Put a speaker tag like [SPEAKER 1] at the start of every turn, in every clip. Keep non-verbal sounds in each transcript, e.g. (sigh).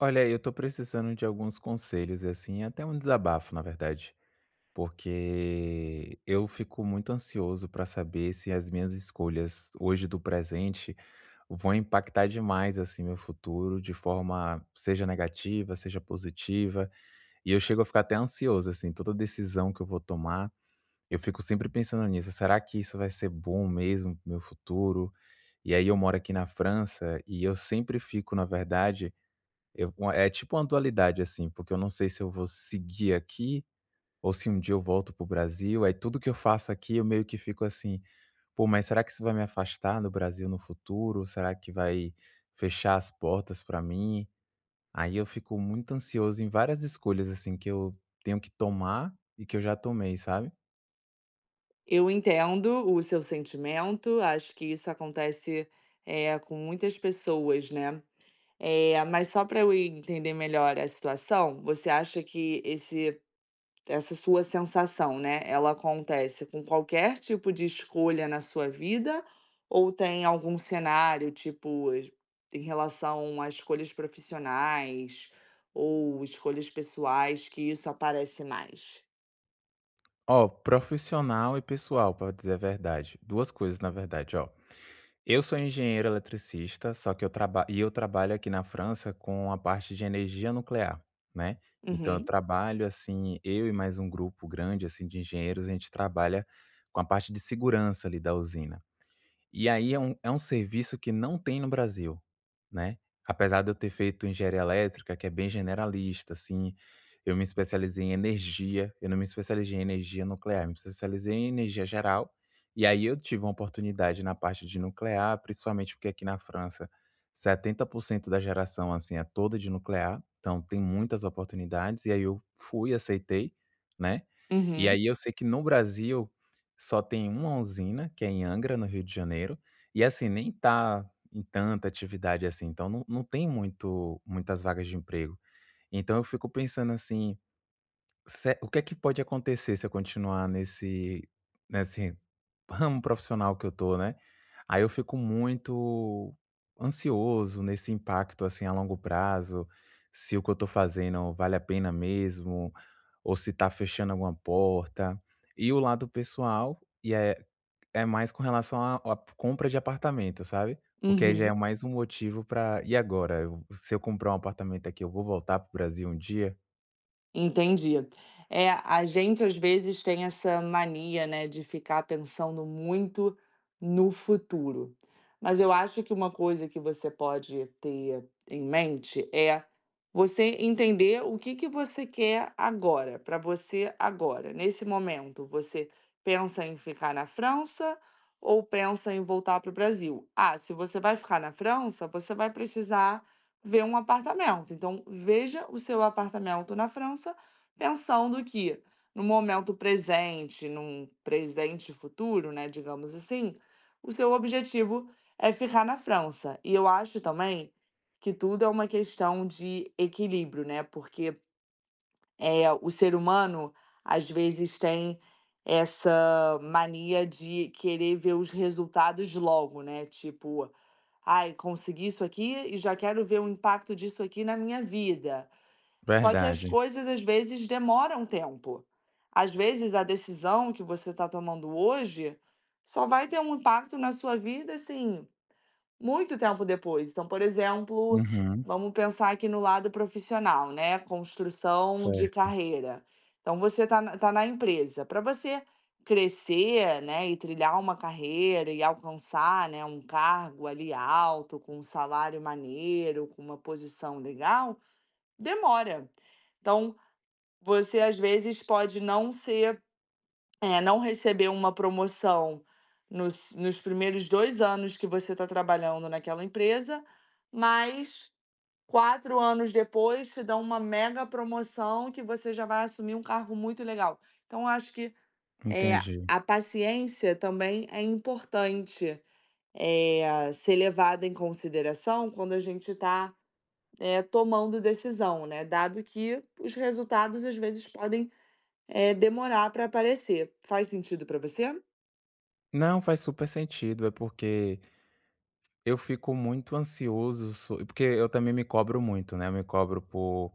[SPEAKER 1] Olha, eu tô precisando de alguns conselhos, assim, até um desabafo, na verdade, porque eu fico muito ansioso para saber se as minhas escolhas hoje do presente vão impactar demais, assim, meu futuro de forma, seja negativa, seja positiva. E eu chego a ficar até ansioso, assim, toda decisão que eu vou tomar, eu fico sempre pensando nisso. Será que isso vai ser bom mesmo pro meu futuro? E aí eu moro aqui na França e eu sempre fico, na verdade eu é tipo uma dualidade, assim, porque eu não sei se eu vou seguir aqui ou se um dia eu volto para o Brasil, aí tudo que eu faço aqui eu meio que fico assim: "Pô, mas será que isso vai me afastar do Brasil no futuro? Será que vai fechar as portas para mim?". Aí eu fico muito ansioso em várias escolhas, assim, que eu tenho que tomar e que eu já tomei, sabe.
[SPEAKER 2] Eu entendo o seu sentimento, acho que isso acontece, com muitas pessoas, né. Mas só para eu entender melhor a situação, você acha que esse essa sua sensação, né, ela acontece com qualquer tipo de escolha na sua vida ou tem algum cenário, tipo, es em relação a escolhas profissionais ou escolhas pessoais que isso aparece mais?
[SPEAKER 1] Ó, profissional e pessoal, pra dizer a verdade, duas coisas na verdade, ó. Eu sou engenheiro eletricista, só que eu trabalho aqui na França com a parte de energia nuclear, né. Então eu
[SPEAKER 2] Uhum,
[SPEAKER 1] trabalho, assim, eu e mais um grupo grande, assim, de engenheiros, a gente trabalha com a parte de segurança ali da usina. E aí é um serviço que não tem no Brasil, né. Apesar de eu ter feito engenharia elétrica, que é bem generalista, assim, eu me especializei em energia, eu não me especializei em energia nuclear, me especializei em energia geral, e aí eu tive uma oportunidade na parte de nuclear, principalmente porque aqui na França 70% da geração, assim, é toda de nuclear, então tem muitas oportunidades, e aí eu fui, aceitei, né. E
[SPEAKER 2] uhum,
[SPEAKER 1] aí eu sei que no Brasil só tem uma usina, que é em Angra, no Rio de Janeiro, e assim, nem tá em tanta atividade assim, então não tem muito muitas vagas de emprego. Então eu fico pensando assim, se o que é que pode acontecer se eu continuar nesse ramo profissional que eu tô, né. Aí eu fico muito ansioso nesse impacto, assim, a longo prazo, se o que eu tô fazendo vale a pena mesmo, ou se tá fechando alguma porta. E o lado pessoal, é mais com relação à compra de apartamento, sabe. Porque aí já é
[SPEAKER 2] uhum.
[SPEAKER 1] mais um motivo pra: "E agora? Eu se eu comprar um apartamento aqui, eu vou voltar para o Brasil um dia?"
[SPEAKER 2] Entendi. É, a gente às vezes tem essa mania, né, de ficar pensando muito no futuro. Mas eu acho que uma coisa que você pode ter em mente é você entender o que que você quer agora, para você agora. Nesse momento, você pensa em ficar na França ou pensa em voltar para o Brasil? Ah, se você vai ficar na França, você vai precisar ver um apartamento. Então, veja o seu apartamento na França, pensando que no momento presente, num presente futuro, né, digamos assim, o seu objetivo é ficar na França. E eu acho também que tudo é uma questão de equilíbrio, né? Porque o ser humano às vezes tem essa mania de querer ver os resultados logo, né? Tipo, ai, consegui isso aqui e já quero ver o impacto disso aqui na minha vida. Só que as
[SPEAKER 1] Verdade.
[SPEAKER 2] coisas às vezes demoram tempo. Às vezes a decisão que você está tomando hoje só vai ter um impacto na sua vida, assim, muito tempo depois. Então, por exemplo,
[SPEAKER 1] Uhum.
[SPEAKER 2] vamos pensar aqui no lado profissional, né, construção de
[SPEAKER 1] Certo.
[SPEAKER 2] carreira. Então você está na empresa. Para você crescer, né, e trilhar uma carreira e alcançar, né, um cargo ali alto, com um salário maneiro, com uma posição legal, demora. Então, você às vezes pode não ser não receber uma promoção nos primeiros 2 anos que você está trabalhando naquela empresa, mas 4 anos depois te dão uma mega promoção que você já vai assumir um cargo muito legal. Então eu acho que, é
[SPEAKER 1] Entendi.
[SPEAKER 2] a paciência também é importante, é ser levada em consideração quando a gente está tomando decisão, né, dado que os resultados às vezes podem, demorar para aparecer. Faz sentido para você?
[SPEAKER 1] Não, faz super sentido, é porque eu fico muito ansioso, so porque eu também me cobro muito, né, eu me cobro por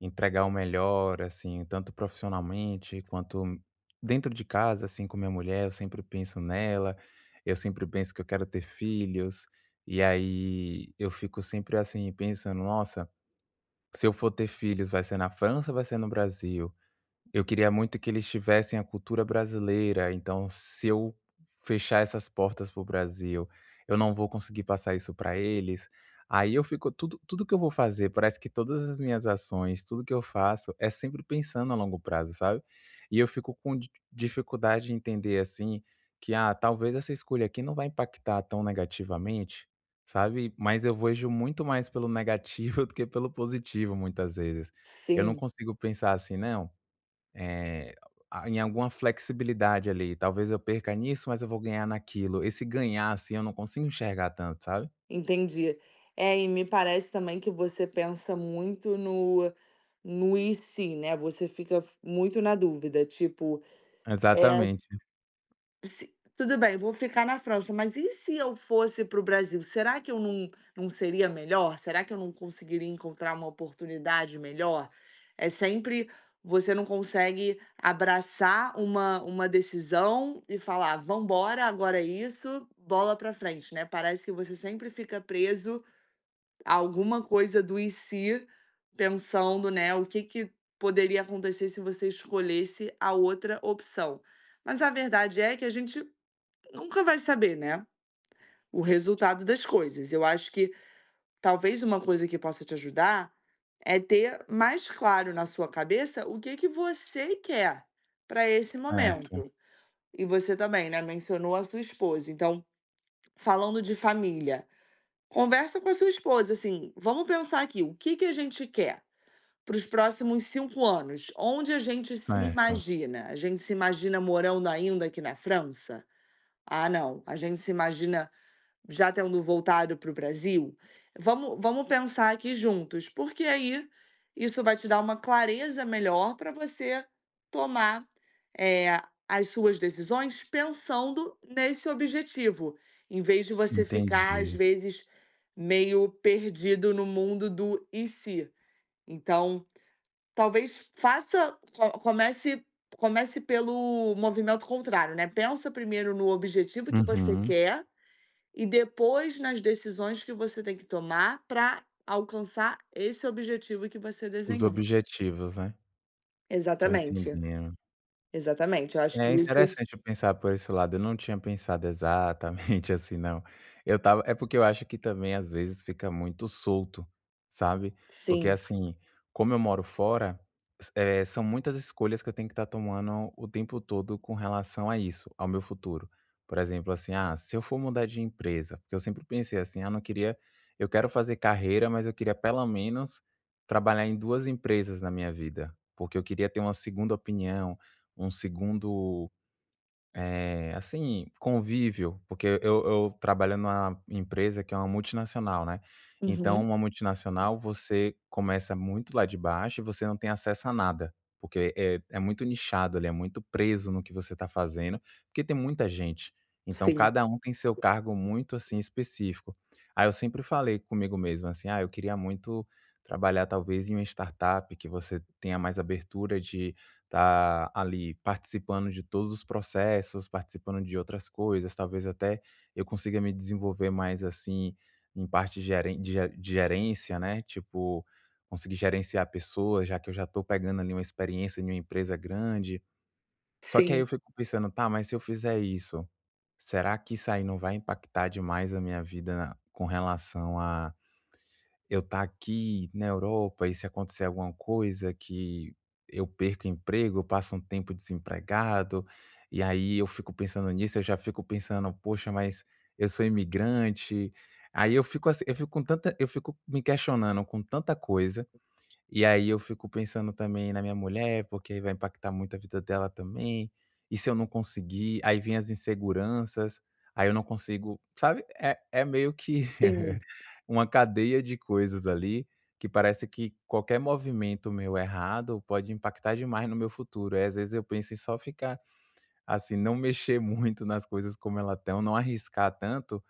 [SPEAKER 1] entregar o melhor, assim, tanto profissionalmente quanto dentro de casa, assim, com minha mulher, eu sempre penso nela, eu sempre penso que eu quero ter filhos, e aí eu fico sempre, assim, pensando: "Nossa, se eu for ter filhos, vai ser na França ou vai ser no Brasil? Eu queria muito que eles tivessem a cultura brasileira, então se eu fechar essas portas para o Brasil, eu não vou conseguir passar isso para eles. Aí eu fico tudo que eu vou fazer, parece que todas as minhas ações, tudo que eu faço é sempre pensando a longo prazo, sabe. E eu fico com di dificuldade de entender, assim, que, ah, talvez essa escolha aqui não vai impactar tão negativamente, sabe, mas eu vejo muito mais pelo negativo (laughs) do que pelo positivo muitas vezes. Eu não
[SPEAKER 2] Sim,
[SPEAKER 1] consigo pensar assim: "Não, eh, a em alguma flexibilidade ali, talvez eu perca nisso, mas eu vou ganhar naquilo. Esse ganhar, assim, eu não consigo enxergar tanto, sabe?
[SPEAKER 2] entendi. É, e me parece também que você pensa muito no "e se", né, você fica muito na dúvida, tipo, é
[SPEAKER 1] Exatamente,
[SPEAKER 2] Se tudo bem, vou ficar na França, mas e se eu fosse para o Brasil? Será que eu não seria melhor? Será que eu não conseguiria encontrar uma oportunidade melhor? É sempre você não consegue abraçar uma decisão e falar: "Ah, "Vambora, agora é isso, bola para frente", né. Parece que você sempre fica preso a alguma coisa do "e se", pensando, né, o que que poderia acontecer se você escolhesse a outra opção. Mas a verdade é que a gente nunca vai saber, né, o resultado das coisas. Eu acho que talvez uma coisa que possa te ajudar é ter mais claro na sua cabeça o que que você quer para esse
[SPEAKER 1] certo,
[SPEAKER 2] momento. E você também, né, mencionou a sua esposa. Então, falando de família, conversa com a sua esposa assim: vamos pensar aqui, o que que a gente quer? Para os próximos 5 anos, onde a gente se
[SPEAKER 1] certo,
[SPEAKER 2] imagina? A gente se imagina morando ainda aqui na França? Ah, não. A gente se imagina já tendo voltado para o Brasil, vamos, vamos pensar aqui juntos, porque aí isso vai te dar uma clareza melhor para você tomar eh, as suas decisões pensando nesse objetivo, em vez de você ficar, às
[SPEAKER 1] entendi.
[SPEAKER 2] vezes, meio perdido no mundo do e se. Então, talvez faça, comece. Comece pelo movimento contrário, né? Pensa primeiro no objetivo que você
[SPEAKER 1] Uhum.
[SPEAKER 2] quer e depois nas decisões que você tem que tomar para alcançar esse objetivo que você
[SPEAKER 1] Os
[SPEAKER 2] desenhou.
[SPEAKER 1] objetivos, né? Tô
[SPEAKER 2] Exatamente,
[SPEAKER 1] entendendo.
[SPEAKER 2] exatamente. Eu acho que
[SPEAKER 1] É
[SPEAKER 2] isso
[SPEAKER 1] interessante pensar por esse lado, eu não tinha pensado exatamente (laughs) assim não. Eu tava. É porque eu acho que também às vezes fica muito solto, sabe. Porque
[SPEAKER 2] sim.
[SPEAKER 1] assim, como eu moro fora, são muitas escolhas que eu tenho que estar tomando o tempo todo com relação a isso, ao meu futuro. Por exemplo, assim, ah, se eu for mudar de empresa, porque eu sempre pensei assim: "Ah, não queria eu quero fazer carreira, mas eu queria pelo menos trabalhar em 2 empresas na minha vida", porque eu queria ter uma segunda opinião, um segundo, assim, convívio, porque eu trabalho numa empresa que é uma multinacional, né. Então
[SPEAKER 2] Uhum.
[SPEAKER 1] uma multinacional, você começa muito lá de baixo e você não tem acesso a nada, porque é muito nichado ali, é muito preso no que você está fazendo, porque tem muita gente. Então
[SPEAKER 2] Sim,
[SPEAKER 1] cada um tem seu cargo muito, assim, específico. Aí eu sempre falei comigo mesmo, assim: "Ah, eu queria muito trabalhar talvez em uma startup que você tenha mais abertura de tá ali participando de todos os processos, participando de outras coisas, talvez até eu consiga me desenvolver mais, assim, em parte geren de ge de gerência, né, tipo, conseguir gerenciar pessoas, já que eu já tô pegando ali uma experiência em uma empresa grande. Só que aí eu
[SPEAKER 2] sim.
[SPEAKER 1] fico pensando: "Tá, mas se eu fizer isso, será que isso aí não vai impactar demais a minha vida com relação a eu tá aqui na Europa e se acontecer alguma coisa que eu perco o emprego, eu passo um tempo desempregado, e aí eu fico pensando nisso, eu já fico pensando: "Poxa, mas eu sou imigrante". Aí eu fico assim, eu fico com tanta eu fico me questionando com tanta coisa, e aí eu fico pensando também na minha mulher, porque aí vai impactar muito a vida dela também. E se eu não conseguir? Aí vem as inseguranças, aí eu não consigo, sabe, é meio que
[SPEAKER 2] Sim,
[SPEAKER 1] uma cadeia de coisas ali, que parece que qualquer movimento meu errado pode impactar demais no meu futuro. Aí, às vezes, eu penso em só ficar, assim, não mexer muito nas coisas como elas estão, não arriscar tanto,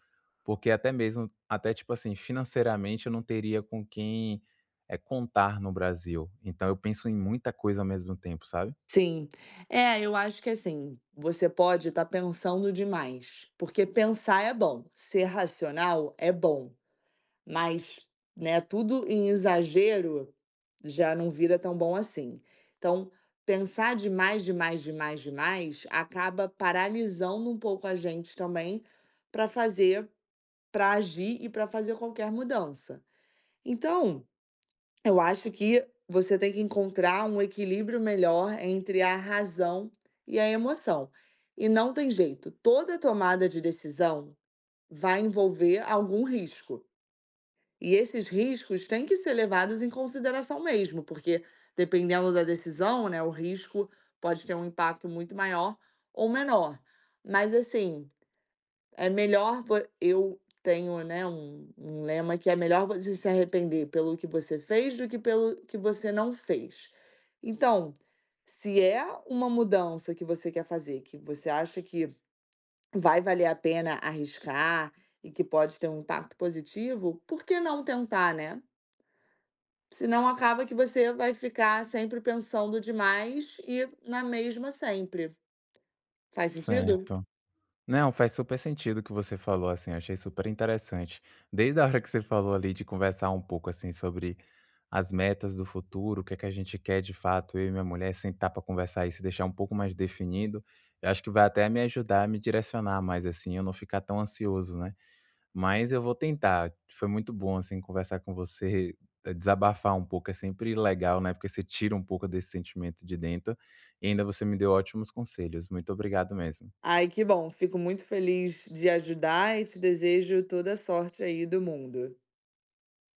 [SPEAKER 1] porque até mesmo até, tipo assim, financeiramente eu não teria com quem, é contar no Brasil. Então eu penso em muita coisa ao mesmo tempo, sabe?
[SPEAKER 2] sim. É, eu acho que assim, você pode estar pensando demais, porque pensar é bom, ser racional é bom. Mas, né, tudo em exagero já não vira tão bom assim. Então, pensar demais, demais, demais, demais acaba paralisando um pouco a gente também para fazer, para agir e para fazer qualquer mudança. Então, eu acho que você tem que encontrar um equilíbrio melhor entre a razão e a emoção. E não tem jeito, toda tomada de decisão vai envolver algum risco. E esses riscos têm que ser levados em consideração mesmo, porque dependendo da decisão, né, o risco pode ter um impacto muito maior ou menor. Mas assim, é melhor eu tenho, né, um lema que é melhor você se arrepender pelo que você fez do que pelo que você não fez. Então, se é uma mudança que você quer fazer, que você acha que vai valer a pena arriscar e que pode ter um impacto positivo, por que não tentar, né? Senão acaba que você vai ficar sempre pensando demais e na mesma sempre. Faz sentido?
[SPEAKER 1] Certo. Não, faz super sentido o que você falou, assim, eu achei super interessante. Desde a hora que você falou ali de conversar um pouco, assim, sobre as metas do futuro, o que é que a gente quer de fato, eu e minha mulher, sentar para conversar isso e deixar um pouco mais definido, eu acho que vai até me ajudar a me direcionar mais, assim, eu não ficar tão ansioso, né? Mas eu vou tentar. Foi muito bom, assim, conversar com você, desabafar um pouco, é sempre legal, né? Porque você tira um pouco desse sentimento de dentro e ainda você me deu ótimos conselhos. Muito obrigado mesmo.
[SPEAKER 2] Ai, que bom. Fico muito feliz de ajudar e te desejo toda a sorte aí do mundo.